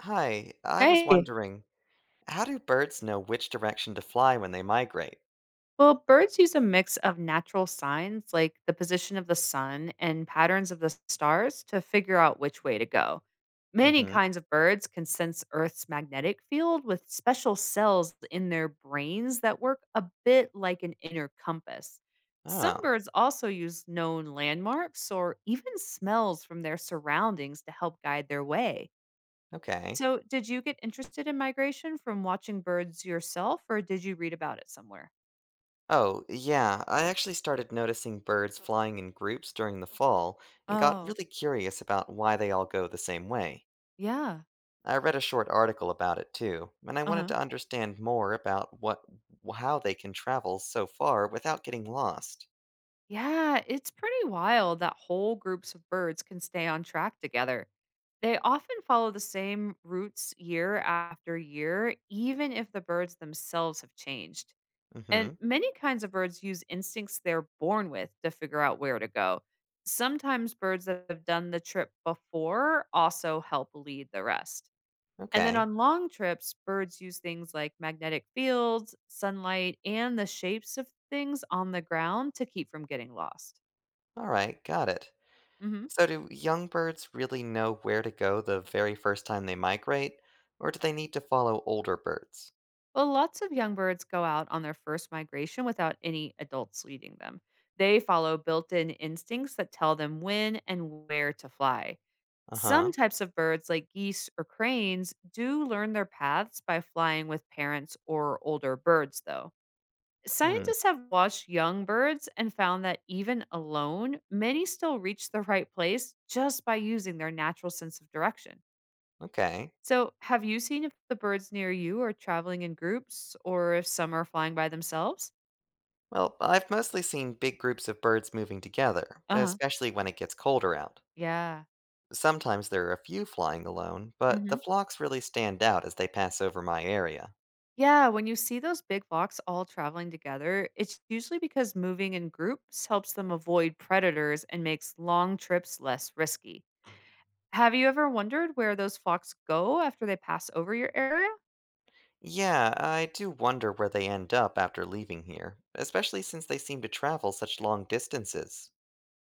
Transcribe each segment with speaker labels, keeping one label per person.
Speaker 1: Hi, I was
Speaker 2: Hey.
Speaker 1: wondering, how do birds know which direction to fly when they migrate?
Speaker 2: Well, birds use a mix of natural signs like the position of the sun and patterns of the stars to figure out which way to go. Many
Speaker 1: Mm-hmm.
Speaker 2: kinds of birds can sense Earth's magnetic field with special cells in their brains that work a bit like an inner compass. Some
Speaker 1: Oh,
Speaker 2: birds also use known landmarks or even smells from their surroundings to help guide their way.
Speaker 1: okay.
Speaker 2: So, did you get interested in migration from watching birds yourself, or did you read about it somewhere?
Speaker 1: Oh, yeah, I actually started noticing birds flying in groups during the fall and got
Speaker 2: Oh,
Speaker 1: really curious about why they all go the same way.
Speaker 2: yeah.
Speaker 1: I read a short article about it too, and I wanted
Speaker 2: Uh-huh.
Speaker 1: to understand more about what how they can travel so far without getting lost.
Speaker 2: Yeah, it's pretty wild that whole groups of birds can stay on track together. They often follow the same routes year after year, even if the birds themselves have changed. And
Speaker 1: Mm-hmm.
Speaker 2: many kinds of birds use instincts they're born with to figure out where to go. Sometimes birds that have done the trip before also help lead the rest. And then
Speaker 1: Okay.
Speaker 2: on long trips, birds use things like magnetic fields, sunlight, and the shapes of things on the ground to keep from getting lost.
Speaker 1: All right, got it.
Speaker 2: Hmm.
Speaker 1: So, do young birds really know where to go the very first time they migrate, or do they need to follow older birds?
Speaker 2: Well, lots of young birds go out on their first migration without any adults leading them. They follow built in instincts that tell them when and where to fly.
Speaker 1: Uh
Speaker 2: Some
Speaker 1: huh.
Speaker 2: types of birds, like geese or cranes, do learn their paths by flying with parents or older birds, though.
Speaker 1: Hmm.
Speaker 2: Scientists have watched young birds and found that even alone, many still reach the right place just by using their natural sense of direction.
Speaker 1: Okay.
Speaker 2: So, have you seen if the birds near you are traveling in groups or if some are flying by themselves?
Speaker 1: Well, I've mostly seen big groups of birds moving together,
Speaker 2: Uh huh.
Speaker 1: especially when it gets colder out.
Speaker 2: Yeah.
Speaker 1: Sometimes there are a few flying alone, but
Speaker 2: Hmm.
Speaker 1: the flocks really stand out as they pass over my area.
Speaker 2: Yeah. When you see those big flocks all traveling together, it's usually because moving in groups helps them avoid predators and makes long trips less risky. Have you ever wondered where those flocks go after they pass over your area?
Speaker 1: Yeah, I do wonder where they end up after leaving here, especially since they seem to travel such long distances.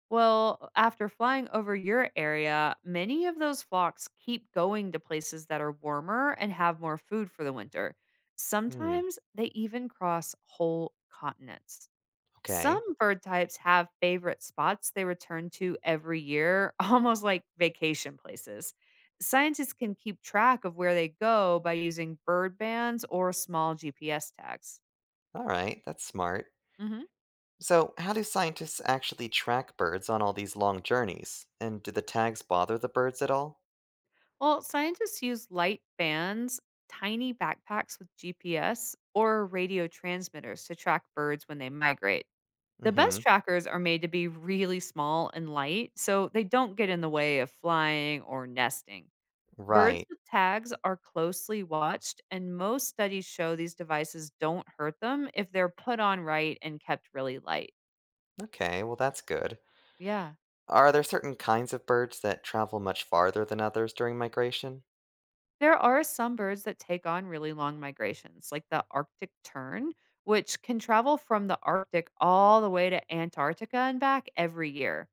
Speaker 2: Well, after flying over your area, many of those flocks keep going to places that are warmer and have more food for the winter.
Speaker 1: Hmm,
Speaker 2: Sometimes they even cross whole continents.
Speaker 1: okay.
Speaker 2: Some bird types have favorite spots they return to every year, almost like vacation places. Scientists can keep track of where they go by using bird bands or small GPS tags.
Speaker 1: Alright, that's smart.
Speaker 2: Mhm.
Speaker 1: So, how do scientists actually track birds on all these long journeys? And do the tags bother the birds at all?
Speaker 2: Well, scientists use light bands, tiny backpacks with GPS, or radio transmitters to track birds when they migrate. The
Speaker 1: Hmm.
Speaker 2: best trackers are made to be really small and light, so they don't get in the way of flying or nesting. Birds
Speaker 1: Right.
Speaker 2: with tags are closely watched, and most studies show these devices don't hurt them if they're put on right and kept really light.
Speaker 1: Okay, well, that's good.
Speaker 2: Yeah.
Speaker 1: Are there certain kinds of birds that travel much farther than others during migration?
Speaker 2: There are some birds that take on really long migrations, like the Arctic tern, which can travel from the Arctic all the way to Antarctica and back every year.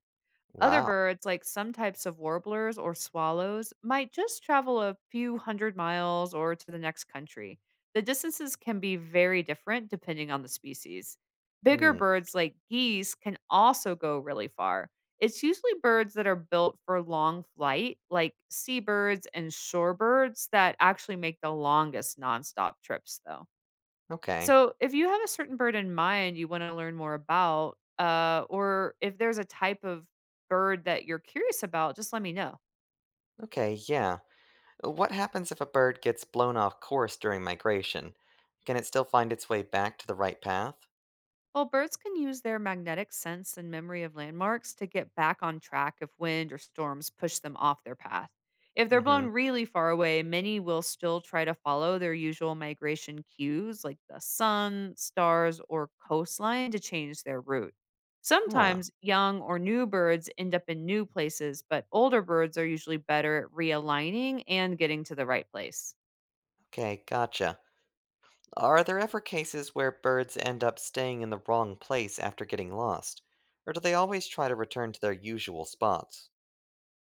Speaker 2: Other
Speaker 1: Wow.
Speaker 2: birds, like some types of warblers or swallows, might just travel a few hundred miles or to the next country. The distances can be very different depending on the species. Bigger
Speaker 1: Hmm.
Speaker 2: birds like geese can also go really far. It's usually birds that are built for long flight, like seabirds and shorebirds, that actually make the longest nonstop trips, though.
Speaker 1: Okay.
Speaker 2: So, if you have a certain bird in mind you want to learn more about, or if there's a type of bird that you're curious about, just let me know.
Speaker 1: Okay, yeah. What happens if a bird gets blown off course during migration? Can it still find its way back to the right path?
Speaker 2: Well, birds can use their magnetic sense and memory of landmarks to get back on track if wind or storms push them off their path. If they're
Speaker 1: Mm
Speaker 2: blown
Speaker 1: hmm.
Speaker 2: really far away, many will still try to follow their usual migration cues like the sun, stars, or coastline to change their route.
Speaker 1: Huh.
Speaker 2: Sometimes young or new birds end up in new places, but older birds are usually better at realigning and getting to the right place.
Speaker 1: Okay, gotcha. Are there ever cases where birds end up staying in the wrong place after getting lost? Or do they always try to return to their usual spots?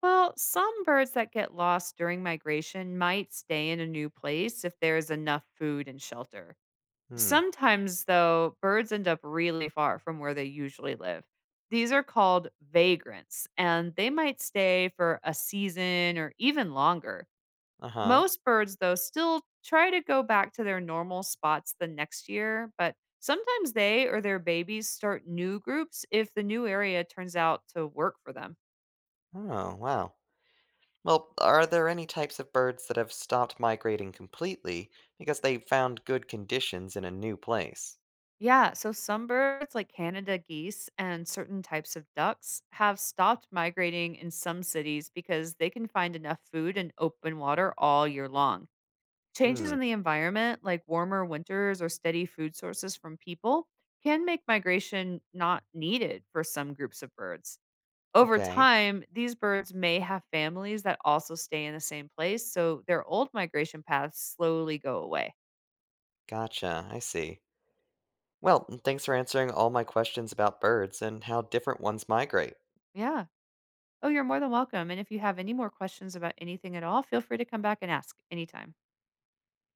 Speaker 2: Well, some birds that get lost during migration might stay in a new place if there is enough food and shelter.
Speaker 1: Hmm,
Speaker 2: Sometimes, though, birds end up really far from where they usually live. These are called vagrants, and they might stay for a season or even longer.
Speaker 1: uh huh.
Speaker 2: Most birds, though, still try to go back to their normal spots the next year, but sometimes they or their babies start new groups if the new area turns out to work for them.
Speaker 1: Oh, wow. Well, are there any types of birds that have stopped migrating completely because they found good conditions in a new place?
Speaker 2: Yeah, so some birds, like Canada geese and certain types of ducks, have stopped migrating in some cities because they can find enough food and open water all year long. Changes
Speaker 1: Hmm,
Speaker 2: in the environment, like warmer winters or steady food sources from people, can make migration not needed for some groups of birds. Over
Speaker 1: okay.
Speaker 2: time, these birds may have families that also stay in the same place, so their old migration paths slowly go away.
Speaker 1: Gotcha, I see. Well, thanks for answering all my questions about birds and how different ones migrate.
Speaker 2: Yeah. Oh, you're more than welcome. And if you have any more questions about anything at all, feel free to come back and ask anytime.